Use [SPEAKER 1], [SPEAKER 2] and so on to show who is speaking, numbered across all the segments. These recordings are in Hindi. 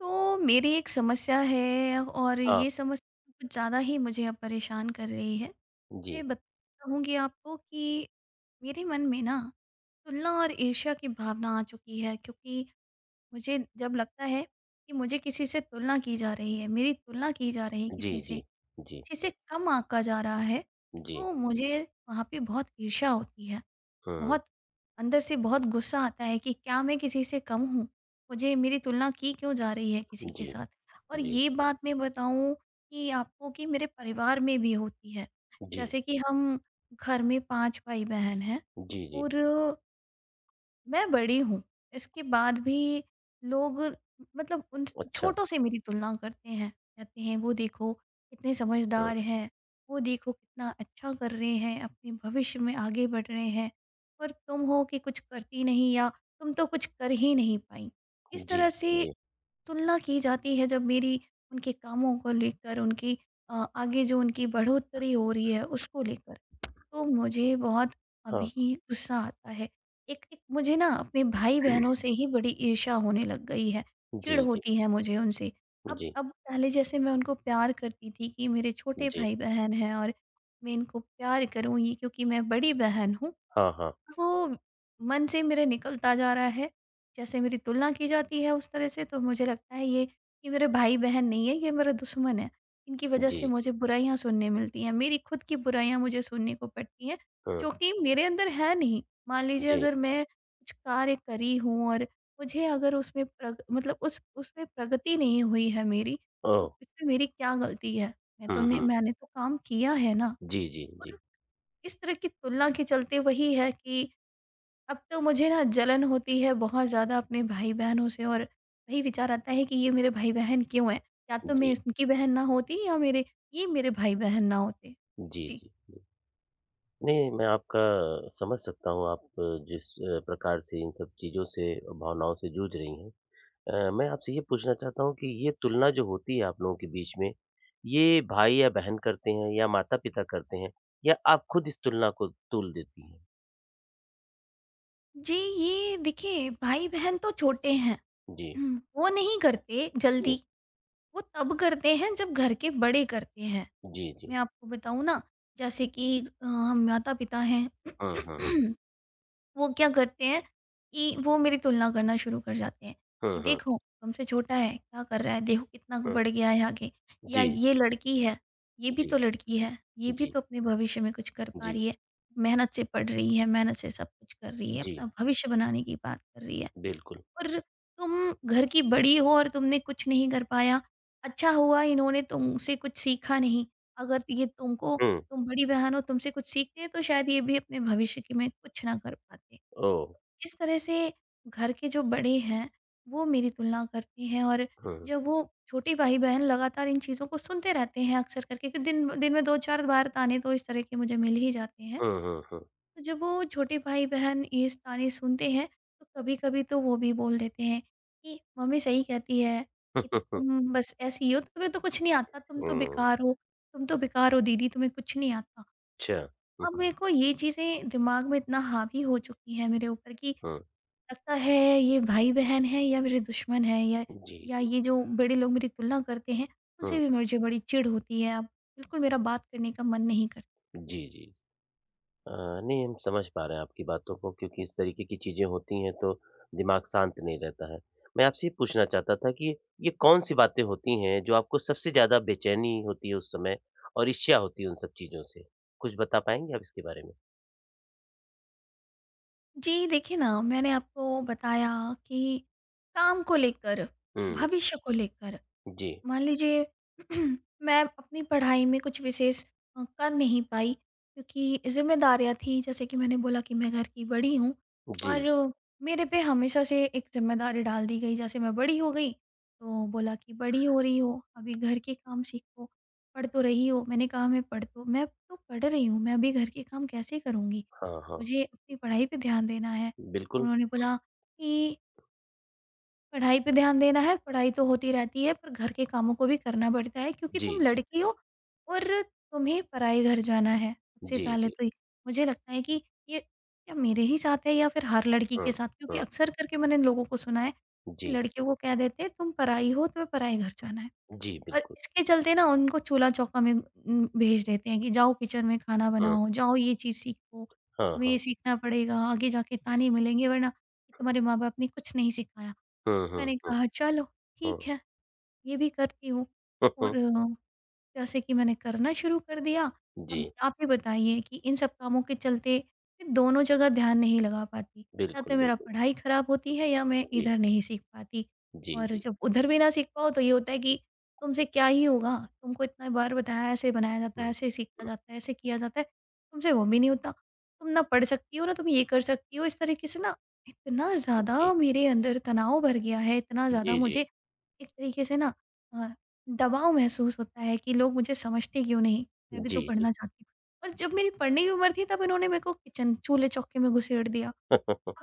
[SPEAKER 1] तो मेरी एक समस्या है और
[SPEAKER 2] हाँ,
[SPEAKER 1] ये समस्या कुछ ज़्यादा ही मुझे अब परेशान कर रही है।
[SPEAKER 2] जी।
[SPEAKER 1] मैं बताऊँगी आपको कि मेरे मन में ना तुलना और ईर्ष्या की भावना आ चुकी है, क्योंकि मुझे जब लगता है कि मुझे किसी से तुलना की जा रही है, मेरी तुलना की जा रही है
[SPEAKER 2] जी, जी। जी,
[SPEAKER 1] किसी से कम आँका जा रहा है,
[SPEAKER 2] जी।
[SPEAKER 1] तो मुझे वहाँ पे बहुत ईर्ष्या होती है।
[SPEAKER 2] हुँ,
[SPEAKER 1] बहुत अंदर से बहुत गुस्सा आता है कि क्या मैं किसी से कम हूँ? मुझे मेरी तुलना की क्यों जा रही है किसी के
[SPEAKER 2] जी,
[SPEAKER 1] साथ? और
[SPEAKER 2] जी,
[SPEAKER 1] ये बात मैं बताऊँ कि आपको कि मेरे परिवार में भी होती है।
[SPEAKER 2] जी,
[SPEAKER 1] जैसे कि हम घर में 5 भाई-बहन हैं
[SPEAKER 2] जी, जी।
[SPEAKER 1] और मैं बड़ी हूँ, इसके बाद भी लोग मतलब उन
[SPEAKER 2] अच्छा,
[SPEAKER 1] छोटों से मेरी तुलना करते हैं। कहते हैं वो देखो कितने
[SPEAKER 2] हाँ।
[SPEAKER 1] समझदार हैं, वो देखो कितना अच्छा कर रहे हैं, अपने भविष्य में आगे बढ़ रहे हैं और तुम हो कि कुछ करती नहीं, या तुम तो कुछ कर ही नहीं पाई। इस
[SPEAKER 2] जी,
[SPEAKER 1] तरह से
[SPEAKER 2] जी,
[SPEAKER 1] तुलना की जाती है जब मेरी उनके कामों को लेकर, उनकी आगे जो उनकी बढ़ोतरी हो रही है उसको लेकर। तो मुझे बहुत
[SPEAKER 2] हाँ।
[SPEAKER 1] अभी गुस्सा आता है। एक एक मुझे ना अपने भाई-बहनों से ही बड़ी ईर्ष्या होने लग गई है, चिढ़
[SPEAKER 2] जी, जी,
[SPEAKER 1] होती है मुझे उनसे। अब
[SPEAKER 2] जी,
[SPEAKER 1] अब पहले जैसे मैं उनको प्यार करती थी कि मेरे छोटे
[SPEAKER 2] जी।
[SPEAKER 1] भाई-बहन हैं और मैं इनको प्यार करूँ ये क्योंकि मैं बड़ी बहन हूँ,
[SPEAKER 2] हाँ, हाँ।
[SPEAKER 1] वो मन से मेरे निकलता जा रहा है। जैसे मेरी तुलना की जाती है उस तरह से तो मुझे लगता है ये मेरे भाई-बहन नहीं है, ये मेरा दुश्मन है। इनकी वज़ह
[SPEAKER 2] जी,
[SPEAKER 1] से
[SPEAKER 2] जी,
[SPEAKER 1] मुझे बुराइयाँ सुनने मिलती हैं, मेरी खुद की बुराइयाँ मुझे सुनने को पड़ती हैं,
[SPEAKER 2] हाँ,
[SPEAKER 1] जो कि मेरे अंदर है नहीं। मान लीजिए
[SPEAKER 2] जी।
[SPEAKER 1] अगर मैं कुछ कार्य करी हूँ और मुझे अगर उसमें प्रग मतलब उस उसमें प्रगति नहीं हुई है मेरी,
[SPEAKER 2] ओह!
[SPEAKER 1] तो इसमें मेरी क्या गलती है? मैं तो
[SPEAKER 2] हुँ,
[SPEAKER 1] ने
[SPEAKER 2] हुँ।
[SPEAKER 1] मैंने तो काम किया है ना।
[SPEAKER 2] जी, जी,
[SPEAKER 1] और
[SPEAKER 2] जी,
[SPEAKER 1] इस तरह की तुलना के चलते वही है कि अब तो मुझे ना जलन होती है बहुत ज़्यादा अपने भाई-बहनों से, और वही विचार आता है कि ये मेरे भाई-बहन क्यों हैं? या तो मैं
[SPEAKER 2] जी,
[SPEAKER 1] इनकी बहन ना होती, या मेरे ये मेरे भाई-बहन ना होते।
[SPEAKER 2] जी,
[SPEAKER 1] जी।
[SPEAKER 2] जी, जी। नहीं, मैं आपका समझ सकता हूँ, आप जिस प्रकार से इन सब चीज़ों से, भावनाओं से जूझ रही हैं। मैं आपसे ये पूछना चाहता हूँ कि ये तुलना जो होती है आप लोगों के बीच में, ये भाई या बहन करते हैं या माता-पिता करते हैं या आप खुद इस तुलना को तुल देती हैं?
[SPEAKER 1] जी, ये देखिए भाई-बहन तो छोटे हैं।
[SPEAKER 2] जी,
[SPEAKER 1] हुँ। वो नहीं करते जल्दी,
[SPEAKER 2] जी,
[SPEAKER 1] वो तब करते हैं जब घर के बड़े करते हैं।
[SPEAKER 2] जी,
[SPEAKER 1] मैं
[SPEAKER 2] जी।
[SPEAKER 1] आपको बताऊँ ना, जैसे कि हम माता-पिता हैं
[SPEAKER 2] हुँ, हुँ।
[SPEAKER 1] वो क्या करते हैं कि वो मेरी तुलना करना शुरू कर जाते हैं कि
[SPEAKER 2] हुँ, हुँ,
[SPEAKER 1] देखो तुमसे छोटा है क्या कर रहा है, देखो कितना
[SPEAKER 2] हुँ।
[SPEAKER 1] बढ़ गया है आगे, या
[SPEAKER 2] जी,
[SPEAKER 1] ये
[SPEAKER 2] जी,
[SPEAKER 1] लड़की है, ये भी
[SPEAKER 2] जी,
[SPEAKER 1] तो लड़की है, ये भी
[SPEAKER 2] जी,
[SPEAKER 1] तो अपने भविष्य में कुछ कर पा
[SPEAKER 2] जी,
[SPEAKER 1] रही है, मेहनत से पढ़ रही है, मेहनत से सब कुछ कर रही है, अपना
[SPEAKER 2] जी,
[SPEAKER 1] भविष्य बनाने की बात कर रही है,
[SPEAKER 2] बिल्कुल।
[SPEAKER 1] और तुम घर की बड़ी हो और तुमने कुछ नहीं कर पाया। अच्छा हुआ इन्होंने तुमसे कुछ सीखा नहीं, अगर ये तुमको,
[SPEAKER 2] हुँ,
[SPEAKER 1] तुम बड़ी बहन हो तुमसे कुछ सीखते तो शायद ये भी अपने भविष्य के में कुछ ना कर पाते।
[SPEAKER 2] ओह!
[SPEAKER 1] इस तरह से घर के जो बड़े हैं, वो मेरी तुलना करते हैं। और
[SPEAKER 2] हुँ,
[SPEAKER 1] जब वो छोटे भाई-बहन लगातार इन चीज़ों को सुनते रहते हैं अक्सर करके कि दिन दिन में 2-4 बार ताने तो इस तरह के मुझे मिल ही जाते हैं।
[SPEAKER 2] हुँ, हुँ, हुँ।
[SPEAKER 1] तो जब वो छोटे भाई-बहन इस ताने सुनते हैं, तो कभी-कभी तो वो भी बोल देते हैं कि मम्मी सही कहती है
[SPEAKER 2] हुँ,
[SPEAKER 1] कि तुम बस ऐसी ही हो, तुम्हें तो कुछ नहीं आता, तुम तो बेकार हो, तुम तो बेकार हो दीदी, तुम्हें कुछ नहीं आता। तो
[SPEAKER 2] अच्छा। हुँ,
[SPEAKER 1] अब
[SPEAKER 2] हुँ,
[SPEAKER 1] मेरे को ये चीज़ें दिमाग में इतना हावी हो चुकी हैं मेरे ऊपर कि
[SPEAKER 2] हुँ।
[SPEAKER 1] लगता है ये भाई-बहन है या मेरे दुश्मन है, या
[SPEAKER 2] जी,
[SPEAKER 1] या
[SPEAKER 2] जी।
[SPEAKER 1] ये जो बड़े लोग मेरी तुलना करते हैं, उनसे
[SPEAKER 2] हुँ,
[SPEAKER 1] भी मुझे बड़ी चिढ़ होती है अब, बिल्कुल मेरा बात करने का मन नहीं करता।
[SPEAKER 2] जी, जी। अ, नहीं हम समझ पा रहे हैं आपकी बातों को क्योंकि इस तरीके की चीज़ें होती हैं तो दिमाग शांत नहीं रहता है। मैं आपसे ये पूछना चाहता था कि ये कौन-सी बातें होती हैं जो आपको सबसे ज़्यादा बेचैनी होती है उस समय और ईर्ष्या होती है उन सब चीज़ों से? कुछ बता पाएँगे आप इसके बारे में?
[SPEAKER 1] जी, देखिए ना मैंने आपको बताया कि काम को लेकर,
[SPEAKER 2] हुँ,
[SPEAKER 1] भविष्य को लेकर,
[SPEAKER 2] जी,
[SPEAKER 1] मान लीजिए मैं अपनी पढ़ाई में कुछ विशेष कर नहीं पाई, क्योंकि ज़िम्मेदारियाँ थी, जैसे कि मैंने बोला कि मैं घर की बड़ी हूँ,
[SPEAKER 2] जी।
[SPEAKER 1] और मेरे पे हमेशा से एक ज़िम्मेदारी डाल दी गई। जैसे मैं बड़ी हो गई तो बोला कि बड़ी हो रही हो, अभी घर के काम सीखो, पढ़ तो रही हो। मैंने कहा मैं तो पढ़ रही हूँ, मैं अभी घर के काम कैसे करूँगी,
[SPEAKER 2] हाँ, हाँ,
[SPEAKER 1] मुझे अपनी पढ़ाई पे ध्यान देना है। तो
[SPEAKER 2] बिल्कुल।
[SPEAKER 1] उन्होंने बोला कि पढ़ाई पे ध्यान देना है, पढ़ाई तो होती रहती है पर घर के कामों को भी करना पड़ता है, क्योंकि
[SPEAKER 2] जी,
[SPEAKER 1] तुम
[SPEAKER 2] जी।
[SPEAKER 1] लड़की हो और तुम्हें पराए घर जाना है। सबसे
[SPEAKER 2] जी,
[SPEAKER 1] पहले
[SPEAKER 2] जी।
[SPEAKER 1] तो ये मुझे लगता है कि ये क्या मेरे ही साथ है या फिर हर लड़की
[SPEAKER 2] हुँ,
[SPEAKER 1] के साथ? क्योंकि
[SPEAKER 2] हुँ,
[SPEAKER 1] अक्सर
[SPEAKER 2] हुँ।
[SPEAKER 1] करके मैंने लोगों को सुना है कि
[SPEAKER 2] जी,
[SPEAKER 1] लड़कियों को कह देते हैं तुम पराई हो, तुम्हें पराए घर जाना है।
[SPEAKER 2] जी
[SPEAKER 1] और
[SPEAKER 2] बिल्कुल।
[SPEAKER 1] इसके चलते ना उनको चूल्हा-चौका में भेज देते हैं कि जाओ किचन में खाना
[SPEAKER 2] हुँ,
[SPEAKER 1] बनाओ, जाओ ये चीज़ सीखो,
[SPEAKER 2] हाँ,
[SPEAKER 1] तुम्हें ये
[SPEAKER 2] हाँ।
[SPEAKER 1] सीखना पड़ेगा, आगे जाके ताने मिलेंगे वरना तुम्हारे माँ-बाप ने कुछ नहीं सिखाया।
[SPEAKER 2] हुँ, हुँ, हुँ,
[SPEAKER 1] मैंने
[SPEAKER 2] हुँ।
[SPEAKER 1] कहा चलो
[SPEAKER 2] हुँ,
[SPEAKER 1] ठीक
[SPEAKER 2] हुँ।
[SPEAKER 1] है, ये भी करती हूँ, और जैसे कि मैंने करना शुरू कर दिया।
[SPEAKER 2] जी,
[SPEAKER 1] अब आप ही बताइए कि इन सब कामों के चलते मैं दोनों जगह ध्यान नहीं लगा पाती। या तो
[SPEAKER 2] बिल्कुल,
[SPEAKER 1] मेरा
[SPEAKER 2] बिल्कुल।
[SPEAKER 1] पढ़ाई ख़राब होती है, या मैं
[SPEAKER 2] जी,
[SPEAKER 1] इधर नहीं सीख पाती।
[SPEAKER 2] जी,
[SPEAKER 1] और
[SPEAKER 2] जी।
[SPEAKER 1] जब उधर भी ना सीख पाओ तो ये होता है कि तुमसे क्या ही होगा? तुमको इतना बार बताया, ऐसे बनाया जाता
[SPEAKER 2] हुँ,
[SPEAKER 1] है, ऐसे सीखा
[SPEAKER 2] हुँ।
[SPEAKER 1] जाता है, ऐसे किया जाता है, तुमसे वो भी नहीं होता। तुम ना पढ़ सकती हो ना तुम ये कर सकती हो। इस तरीके से ना इतना ज़्यादा
[SPEAKER 2] जी।
[SPEAKER 1] मेरे अंदर तनाव भर गया है, इतना ज़्यादा
[SPEAKER 2] जी, जी।
[SPEAKER 1] मुझे एक तरीके से ना अ, दबाव महसूस होता है कि लोग मुझे समझते क्यों नहीं? मैं भी
[SPEAKER 2] जी,
[SPEAKER 1] तो
[SPEAKER 2] जी,
[SPEAKER 1] पढ़ना चाहती हूँ। और जब
[SPEAKER 2] जी।
[SPEAKER 1] मेरी पढ़ने की उम्र थी तब इन्होंने मेरे को किचन चूल्हे-चौके में घुसेड़ दिया।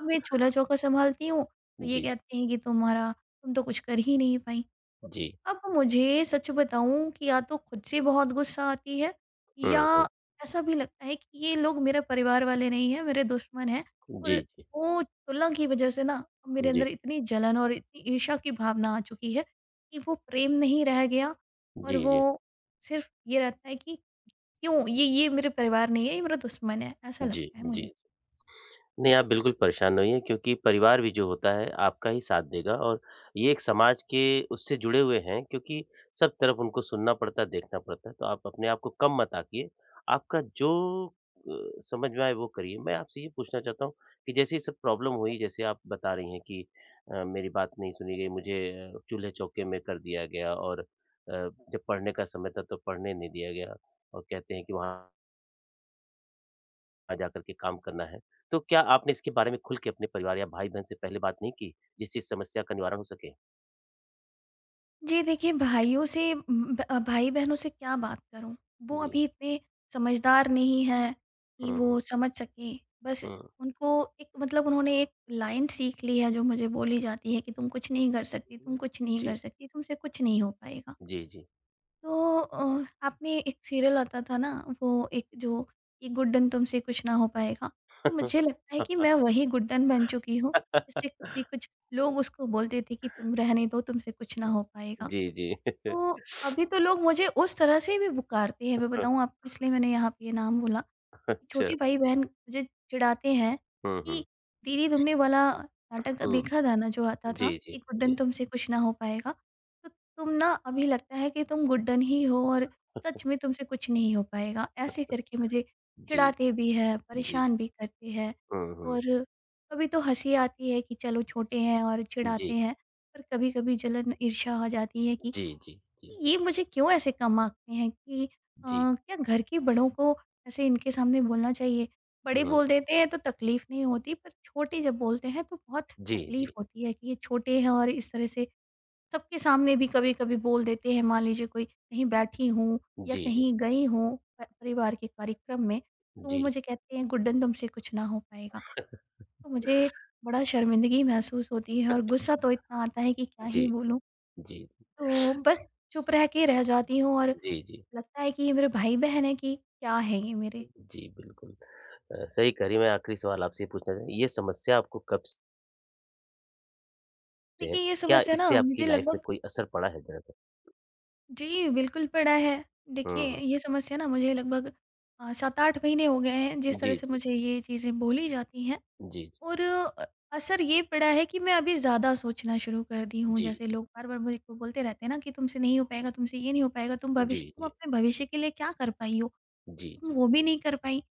[SPEAKER 1] अब मैं चूल्हा-चौका सँभालती हूँ, तो ये
[SPEAKER 2] जी,
[SPEAKER 1] कहते हैं कि तुम तो कुछ कर ही नहीं पाई। तो
[SPEAKER 2] जी।
[SPEAKER 1] अब मुझे सच बताऊँ कि या तो खुद से बहुत गुस्सा आती है, या
[SPEAKER 2] हुँ, हुँ।
[SPEAKER 1] ऐसा भी लगता है कि ये लोग मेरे परिवार वाले नहीं हैं, मेरे दुश्मन हैं। और
[SPEAKER 2] जी, जी।
[SPEAKER 1] वो चूल्हा की वज़ह से ना अब मेरे
[SPEAKER 2] जी,
[SPEAKER 1] अंदर इतनी जलन और इतनी ईर्ष्या की भावना आ चुकी है कि वो प्रेम नहीं रह गया, और
[SPEAKER 2] जी, जी,
[SPEAKER 1] वो
[SPEAKER 2] जी।
[SPEAKER 1] सिर्फ़ ये रहता है कि क्यों ये मेरे परिवार नहीं है, ये मेरा दुश्मन है, ऐसा
[SPEAKER 2] जी,
[SPEAKER 1] लगता है
[SPEAKER 2] जी।
[SPEAKER 1] मुझे।
[SPEAKER 2] नहीं, आप बिल्कुल परेशान नहीं होइए क्योंकि परिवार भी जो होता है आपका ही साथ देगा और ये एक समाज के उससे जुड़े हुए हैं क्योंकि सब तरफ उनको सुनना पड़ता है, देखना पड़ता है, तो आप अपने आप को कम मत आँकिए। आपका जो समझ में आए वो करिए। मैं आपसे ये पूछना चाहता हूँ कि जैसे ये सब प्रॉब्लम हुई, जैसे आप बता रही हैं कि मेरी बात नहीं सुनी गई, मुझे चूल्हे-चौके में कर दिया गया और जब पढ़ने का समय था तो पढ़ने नहीं दिया गया और कहते हैं कि वहाँ जा कर के काम करना है। तो क्या आपने इसके बारे में खुल के अपने परिवार या भाई-बहन से पहले बात नहीं की, जिससे इस समस्या का निवारण हो सके?
[SPEAKER 1] जी देखिए, भाइयों से ब भाई-बहनों से क्या बात करूँ? वो
[SPEAKER 2] जी।
[SPEAKER 1] अभी इतने समझदार नहीं हैं कि
[SPEAKER 2] हुँ, हुँ,
[SPEAKER 1] वो समझ सकें। बस
[SPEAKER 2] हुँ।
[SPEAKER 1] उनको एक मतलब उन्होंने एक लाइन सीख ली है जो मुझे बोली जाती है कि तुम कुछ नहीं कर सकती, तुम कुछ नहीं कर
[SPEAKER 2] जी,
[SPEAKER 1] सकती, तुमसे कुछ नहीं हो पाएगा।
[SPEAKER 2] जी, जी।
[SPEAKER 1] तो आपने एक सीरियल आता था ना, वो एक जो कि गुड्डन तुमसे कुछ ना हो पाएगा। तो मुझे लगता है कि मैं वही गुड्डन बन चुकी हूँ, जिससे कभी कुछ, लोग उसको बोलते थे कि तुम रहने दो, तुमसे कुछ ना हो पाएगा।
[SPEAKER 2] जी, जी।
[SPEAKER 1] तो अभी तो लोग मुझे उस तरह से भी पुकारते हैं, मैं बताऊँ आपको, इसलिए मैंने यहाँ पे ये नाम बोला कि
[SPEAKER 2] अच्छा।
[SPEAKER 1] छोटे भाई-बहन मुझे चिढ़ाते हैं
[SPEAKER 2] हुँ, हुँ,
[SPEAKER 1] कि दीदी, तुमने वाला नाटक
[SPEAKER 2] हुँ।
[SPEAKER 1] देखा था ना जो आता था
[SPEAKER 2] जी,
[SPEAKER 1] कि
[SPEAKER 2] जी,
[SPEAKER 1] गुड्डन
[SPEAKER 2] जी,
[SPEAKER 1] तुमसे कुछ ना हो पाएगा, तो तुम ना अभी लगता है कि तुम गुड्डन ही हो और सच में तुमसे कुछ नहीं हो पाएगा। ऐसे करके मुझे
[SPEAKER 2] जी,
[SPEAKER 1] चिढ़ाते भी हैं,
[SPEAKER 2] जी।
[SPEAKER 1] परेशान भी करते हैं।
[SPEAKER 2] हुँ, हुँ।
[SPEAKER 1] और कभी तो हँसी आती है कि चलो छोटे हैं और चिढ़ाते
[SPEAKER 2] जी,
[SPEAKER 1] हैं, पर कभी-कभी जलन ईर्ष्या हो जाती है कि
[SPEAKER 2] जी, जी, जी,
[SPEAKER 1] ये मुझे क्यों ऐसे कम आंकते हैं, कि
[SPEAKER 2] जी।
[SPEAKER 1] क्या घर के बड़ों को ऐसे इनके सामने बोलना चाहिए? बड़े
[SPEAKER 2] हुँ।
[SPEAKER 1] बोल देते हैं तो तकलीफ़ नहीं होती, पर छोटे जब बोलते हैं तो बहुत
[SPEAKER 2] जी,
[SPEAKER 1] तकलीफ़
[SPEAKER 2] जी,
[SPEAKER 1] होती है कि ये छोटे हैं, और इस तरह से सबके सामने भी कभी-कभी बोल देते हैं। मान लीजिए कोई कहीं बैठी हूँ या
[SPEAKER 2] जी, जी,
[SPEAKER 1] कहीं गई हूँ प परिवार के कार्यक्रम में, तो वो
[SPEAKER 2] जी,
[SPEAKER 1] मुझे कहते हैं, "गुड्डन तुमसे कुछ ना हो पाएगा।" तो मुझे बड़ा शर्मिंदगी महसूस होती है और गुस्सा तो इतना आता है कि क्या
[SPEAKER 2] जी,
[SPEAKER 1] ही बोलूँ।
[SPEAKER 2] जी, जी,
[SPEAKER 1] तो बस चुप रह के रह जाती हूँ और
[SPEAKER 2] जी, जी,
[SPEAKER 1] लगता है कि ये मेरे भाई-बहन हैं कि क्या है ये मेरे?
[SPEAKER 2] जी, बिल्कुल। सही कह रही हैं। मैं आखिरी सवाल आपसे ये पूछना चाहूँ ये समस्या आपको कब से है?
[SPEAKER 1] देखिए ये
[SPEAKER 2] क्या
[SPEAKER 1] समस्या ना
[SPEAKER 2] इससे आपकी
[SPEAKER 1] मुझे
[SPEAKER 2] लाइफ में
[SPEAKER 1] लगभग।
[SPEAKER 2] कोई असर पड़ा है ज़रा-सा?
[SPEAKER 1] जी, बिल्कुल पड़ा है। देखिए
[SPEAKER 2] हुँ, हुँ।
[SPEAKER 1] ये समस्या ना मुझे लगभग 7-8 महीने हो गए हैं जिस तरह
[SPEAKER 2] जी,
[SPEAKER 1] से
[SPEAKER 2] जी।
[SPEAKER 1] मुझे ये चीज़ें बोली जाती हैं,
[SPEAKER 2] जी,
[SPEAKER 1] और असर ये पड़ा है कि मैं अभी ज़्यादा सोचना शुरू कर दी हूँ।
[SPEAKER 2] जी,
[SPEAKER 1] जैसे लोग बार-बार मुझको बोलते रहते हैं ना कि तुमसे नहीं हो पाएगा, तुमसे ये नहीं हो पाएगा,
[SPEAKER 2] जी,
[SPEAKER 1] तुम
[SPEAKER 2] जी,
[SPEAKER 1] अपने भविष्य के लिए क्या कर पाई हो?
[SPEAKER 2] जी,
[SPEAKER 1] तुम
[SPEAKER 2] जी,
[SPEAKER 1] वो भी नहीं कर पाई।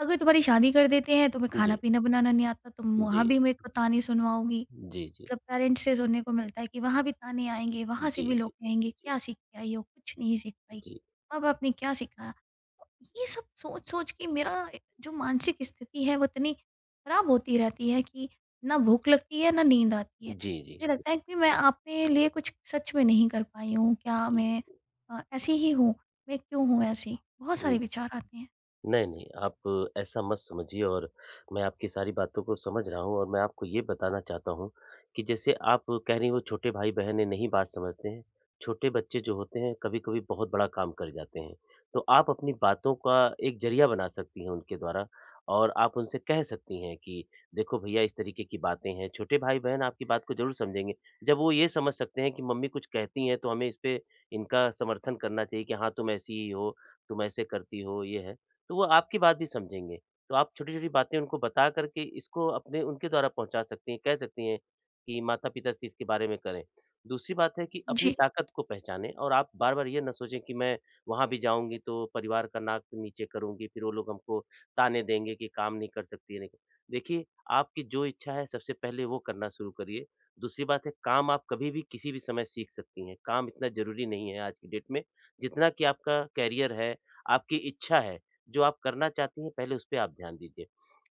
[SPEAKER 1] अगर तुम्हारी शादी कर देते हैं, तुम्हें
[SPEAKER 2] जी,
[SPEAKER 1] खाना-पीना बनाना नहीं आता, तुम वहाँ भी
[SPEAKER 2] जी,
[SPEAKER 1] मेरे को ताने सुनवाओगी।
[SPEAKER 2] जी, जी,
[SPEAKER 1] मतलब पेरेंट्स से सुनने को मिलता है कि वहाँ भी ताने आएँगे, वहाँ से
[SPEAKER 2] जी,
[SPEAKER 1] भी लोग
[SPEAKER 2] जी,
[SPEAKER 1] कहेंगे,
[SPEAKER 2] जी, जी,
[SPEAKER 1] "क्या सीख के आई हो? कुछ नहीं सीख पाई,
[SPEAKER 2] जी, जी,
[SPEAKER 1] माँ-बाप ने क्या सिखाया?" तो ये सब सोच-सोच के मेरा जो मानसिक स्थिति है वो इतनी खराब होती रहती है कि ना भूख लगती है, ना नींद आती है।
[SPEAKER 2] जी,
[SPEAKER 1] मुझे
[SPEAKER 2] जी,
[SPEAKER 1] लगता है कि मैं अपने लिए कुछ सच में नहीं कर पाई हूँ, क्या
[SPEAKER 2] जी,
[SPEAKER 1] मैं
[SPEAKER 2] जी,
[SPEAKER 1] ऐसी ही हूँ? मैं क्यों हूँ ऐसी? बहुत सारे
[SPEAKER 2] जी।
[SPEAKER 1] विचार आते हैं।
[SPEAKER 2] नहीं, नहीं, आप ऐसा मत समझिए और मैं आपकी सारी बातों को समझ रहा हूँ और मैं आपको ये बताना चाहता हूँ कि जैसे आप कह रही हो छोटे भाई-बहनें नहीं बात समझते हैं, छोटे बच्चे जो होते हैं कभी-कभी बहुत बड़ा काम कर जाते हैं। तो आप अपनी बातों का एक ज़रिया बना सकती हैं उनके द्वारा और आप उनसे कह सकती हैं कि देखो भैया इस तरीके की बातें हैं, छोटे भाई-बहन आपकी बात को ज़रूर समझेंगे। जब वो ये समझ सकते हैं कि मम्मी कुछ कहती हैं तो हमें इस पे इनका समर्थन करना चाहिए कि हाँ, तुम ऐसी ही हो, तुम ऐसे करती हो, ये है। तो वो आपकी बात भी समझेंगे। तो आप छोटी-छोटी बातें उनको बता कर के इसको अपने उनके द्वारा पहुँचा सकती हैं, कह सकती हैं कि माता-पिता से इसके बारे में करें। दूसरी बात है कि अपनी
[SPEAKER 1] जी।
[SPEAKER 2] ताकत को पहचानें और आप बार-बार ये ना सोचें कि मैं वहाँ भी जाऊँगी तो परिवार का नाक नीचे करूँगी, फिर वो लोग हमको ताने देंगे कि काम नहीं कर सकती है, नहीं कर- देखिए, आपकी जो इच्छा है सबसे पहले वो करना शुरू करिए। दूसरी बात है काम आप कभी भी किसी भी समय सीख सकती हैं, काम इतना ज़रूरी नहीं है आज की डेट में, जितना कि आपका करियर है, आपकी इच्छा है, जो आप करना चाहती हैं पहले उस पे आप ध्यान दीजिए।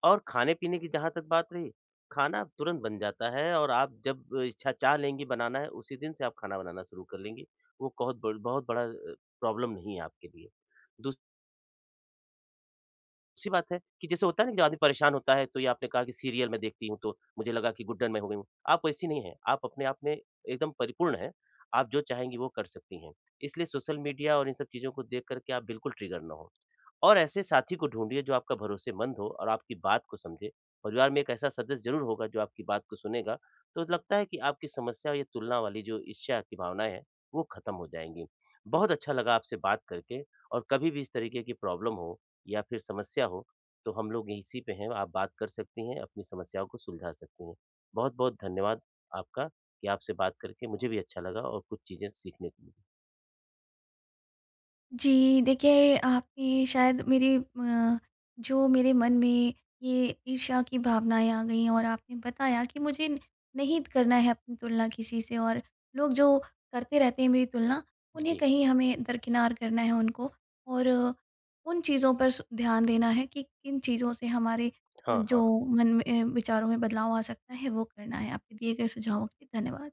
[SPEAKER 2] और खाने-पीने की जहाँ तक बात रही, खाना अब तुरंत बन जाता है और आप जब इच्छा चाह लेंगी बनाना है, उसी दिन से आप खाना बनाना शुरू कर लेंगी। वो बहुत ब बहुत बड़ा प्रॉब्लम नहीं है आपके लिए। दूस सी बात है कि जैसे होता है ना कि जब आदमी परेशान होता है तो ये आपने कहा कि सीरियल मैं देखती हूँ तो मुझे लगा कि गुड्डन मैं हो गई हूँ। आप वैसी नहीं हैं, आप अपने आप में एकदम परिपूर्ण हैं, आप जो चाहेंगी वो कर सकती हैं। इसलिए सोशल मीडिया और इन सब चीज़ों को देख कर के आप बिल्कुल ट्रिगर ना हो। और ऐसे साथी को ढूँढिए जो आपका भरोसेमंद हो और आपकी बात को समझे। परिवार में एक ऐसा सदस्य ज़रूर होगा जो आपकी बात को सुनेगा, तो लगता है कि आपकी समस्या और ये तुलना वाली जो ईर्ष्या की भावनाएँ हैं, वो खत्म हो जाएँगी। बहुत अच्छा लगा आपसे बात करके और कभी भी इस तरीके की प्रॉब्लम हो या फिर समस्या हो, तो हम लोग इसी पे हैं, आप बात कर सकती हैं, अपनी समस्याओं को सुलझा सकती हैं। बहुत-बहुत धन्यवाद आपका कि आपसे बात करके मुझे भी अच्छा लगा और कुछ चीज़ें सीखने को मिली।
[SPEAKER 1] जी, देखिए आपने शायद मेरे जो मेरे मन में ये ईर्ष्या की भावनाएँ आ गई हैं, और आपने बताया कि मुझे नहीं करना है अपनी तुलना किसी से, और लोग जो करते रहते हैं मेरी तुलना, उन्हें
[SPEAKER 2] जी,
[SPEAKER 1] कहीं हमें दरकिनार करना है उनको, और उन चीज़ों पर स ध्यान देना है कि किन चीज़ों से हमारे
[SPEAKER 2] हाँ,
[SPEAKER 1] जो
[SPEAKER 2] हाँ।
[SPEAKER 1] मन में विचारों में बदलाव आ सकता है, वो करना है। आपके दिए गए सुझावों के लिए धन्यवाद।